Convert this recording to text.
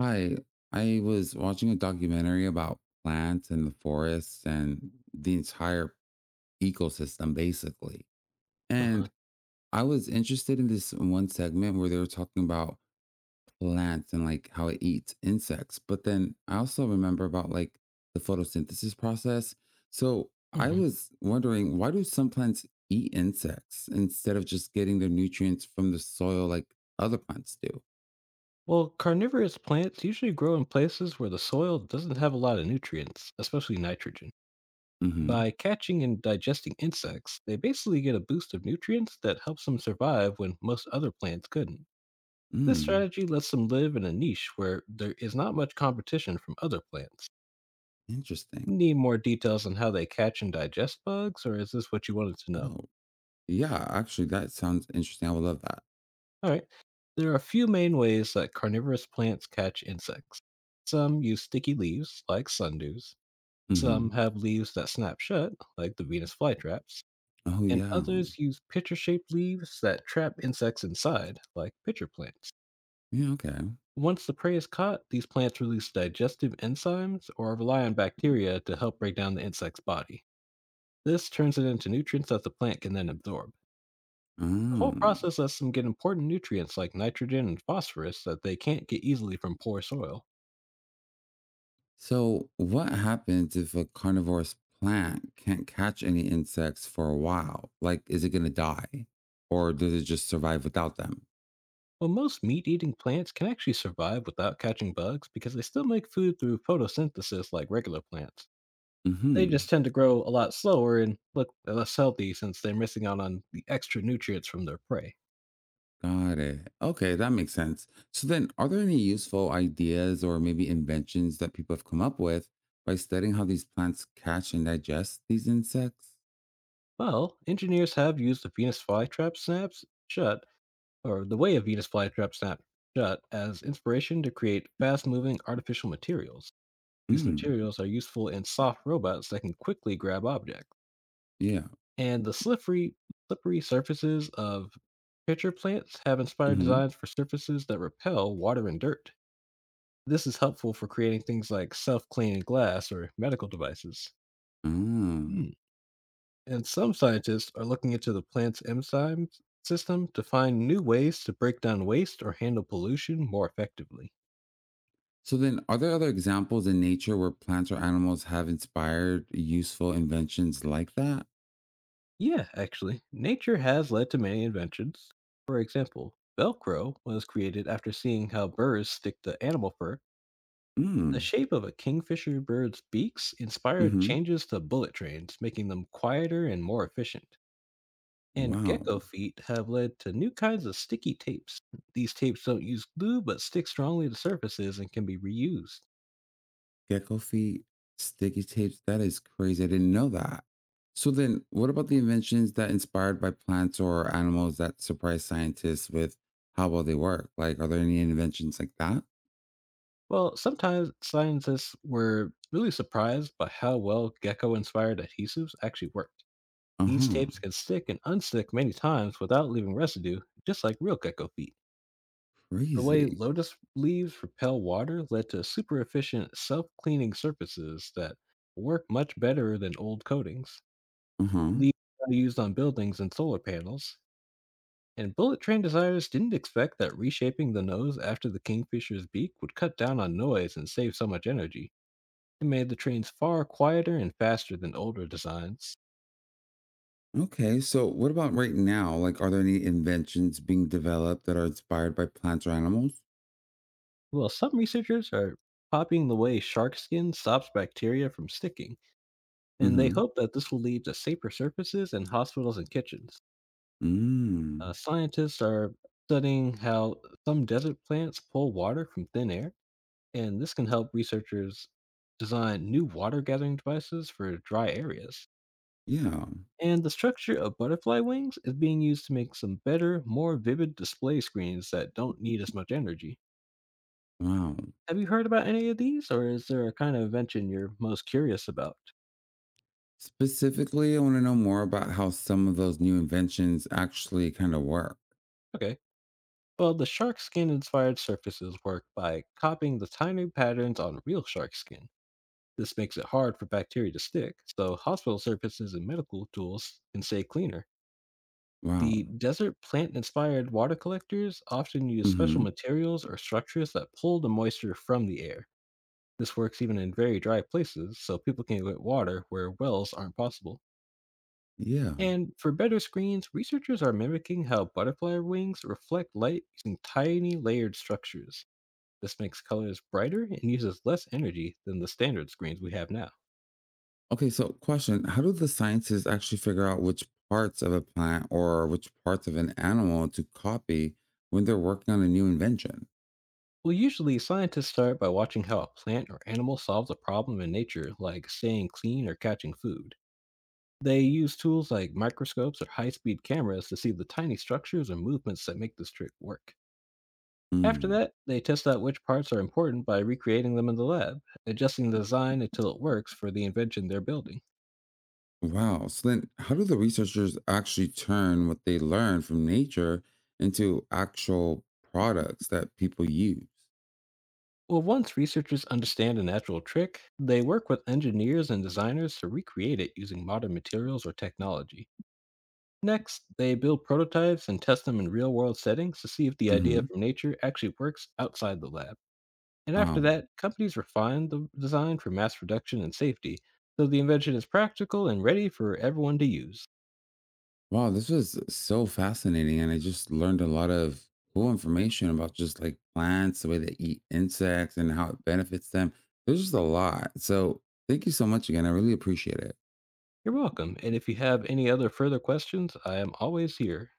Hi, I was watching a documentary about plants and the forests and the entire ecosystem, basically. Uh-huh. And I was interested in this one segment where they were talking about plants and like how it eats insects. But then I also remember about like the photosynthesis process. So I hmm was wondering, why do some plants eat insects instead of just getting their nutrients from the soil like other plants do? Well, carnivorous plants usually grow in places where the soil doesn't have a lot of nutrients, especially nitrogen. Mm-hmm. By catching and digesting insects, they basically get a boost of nutrients that helps them survive when most other plants couldn't. This Mm, strategy lets them live in a niche where there is not much competition from other plants. interesting. Need more details on how they catch and digest bugs, or is this what you wanted to know? Oh. Yeah, actually, that sounds interesting. I would love that. All right. There are a few main ways that carnivorous plants catch insects. Some use sticky leaves, like sundews. Some Hmm. have leaves that snap shut, like the Venus flytraps. Oh, And yeah. others use pitcher shaped leaves that trap insects inside, like pitcher plants. Yeah, okay. Once the prey is caught, these plants release digestive enzymes or rely on bacteria to help break down the insect's body. This turns it into nutrients that the plant can then absorb. The whole Mm. process lets them get important nutrients like nitrogen and phosphorus that they can't get easily from poor soil. So, what happens if a carnivorous plant can't catch any insects for a while? Like, is it going to die or does it just survive without them? While most meat eating plants can actually survive without catching bugs because they still make food through photosynthesis like regular plants. They just Hmm. tend to grow a lot slower and look less healthy since they're missing out on the extra nutrients from their prey. Got it. Okay, that makes sense. So then, are there any useful ideas or maybe inventions that people have come up with by studying how these plants catch and digest these insects? Well, engineers have used the Venus flytrap snaps shut, or the way of Venus flytrap snap shut, as inspiration to create fast moving artificial materials. These Mm. materials are useful in soft robots that can quickly grab objects. Yeah. And the slippery surfaces of pitcher plants have inspired Hmm. designs for surfaces that repel water and dirt. This is helpful for creating things like self cleaning glass or medical devices. Oh. Hmm. And some scientists are looking into the plant's enzyme system to find new ways to break down waste or handle pollution more effectively. So then, are there other examples in nature where plants or animals have inspired useful inventions like that? Yeah, actually, nature has led to many inventions. For example, Velcro was created after seeing how birds stick to animal fur. The Mm. shape of a kingfisher bird's beaks Hmm. inspired Mm-hmm. changes to bullet trains, making them quieter and more efficient. And gecko Wow. feet have led to new kinds of sticky tapes. These tapes don't use glue but stick strongly to surfaces and can be reused. Gecko feet, sticky tapes. That is crazy. I didn't know that. So then, what about the inventions that inspired by plants or animals that surprise scientists with how well they work? Like, are there any inventions like that? Well, sometimes scientists were really surprised by how well gecko inspired adhesives actually work. Uh These tapes huh. can stick and unstick many times without leaving residue, just like real gecko feet. The way Crazy. lotus leaves repel water led to super efficient self cleaning surfaces that work much better than old coatings. Uh huh. These are used on buildings and solar panels. And bullet train designers didn't expect that reshaping the nose after the kingfisher's beak would cut down on noise and save so much energy. It made the trains far quieter and faster than older designs. Okay, so what about right now? Like, are there any inventions being developed that are inspired by plants or animals? Well, some researchers are copying the way shark skin stops bacteria from sticking, and they Mhm. hope that this will lead to safer surfaces in hospitals and kitchens. Mm. Scientists are studying how some desert plants pull water from thin air, and this can help researchers design new water gathering devices for dry areas. Yeah. And the structure of butterfly wings is being used to make some better, more vivid display screens that don't need as much energy. Wow. Have you heard about any of these, or is there a kind of invention you're most curious about? Specifically, I wanna know more about how some of those new inventions actually kinda work. Okay. Well, the shark skin inspired surfaces work by copying the tiny patterns on real shark skin. This makes it hard for bacteria to stick, so hospital surfaces and medical tools can stay cleaner. The Wow. desert plant inspired water collectors often use special Mhm. materials or structures that pull the moisture from the air. This works even in very dry places, so people can get water where wells aren't possible. Yeah. And for better screens, researchers are mimicking how butterfly wings reflect light using tiny layered structures. This makes colors brighter and uses less energy than the standard screens we have now. Okay, so question, how do the scientists actually figure out which parts of a plant or which parts of an animal to copy when they're working on a new invention? Well, usually scientists start by watching how a plant or animal solves a problem in nature, like staying clean or catching food. They use tools like microscopes or high speed cameras to see the tiny structures and movements that make this trick work. After Mm. that, they test out which parts are important by recreating them in the lab, adjusting the design until it works for the invention they're building. Wow. So then how do the researchers actually turn what they learn from nature into actual products that people use? Well, once researchers understand a natural trick, they work with engineers and designers to recreate it using modern materials or technology. Next, they build prototypes and test them in real world settings to see if the idea Mm-hmm. from nature actually works outside the lab. And after Um, that, companies refine the design for mass production and safety, so the invention is practical and ready for everyone to use. wow, this was so fascinating. And I just learned a lot of cool information about just like plants, the way they eat insects and how it benefits them. There's just a lot. So thank you so much again. I really appreciate it. You're welcome. And if you have any other further questions, I am always here.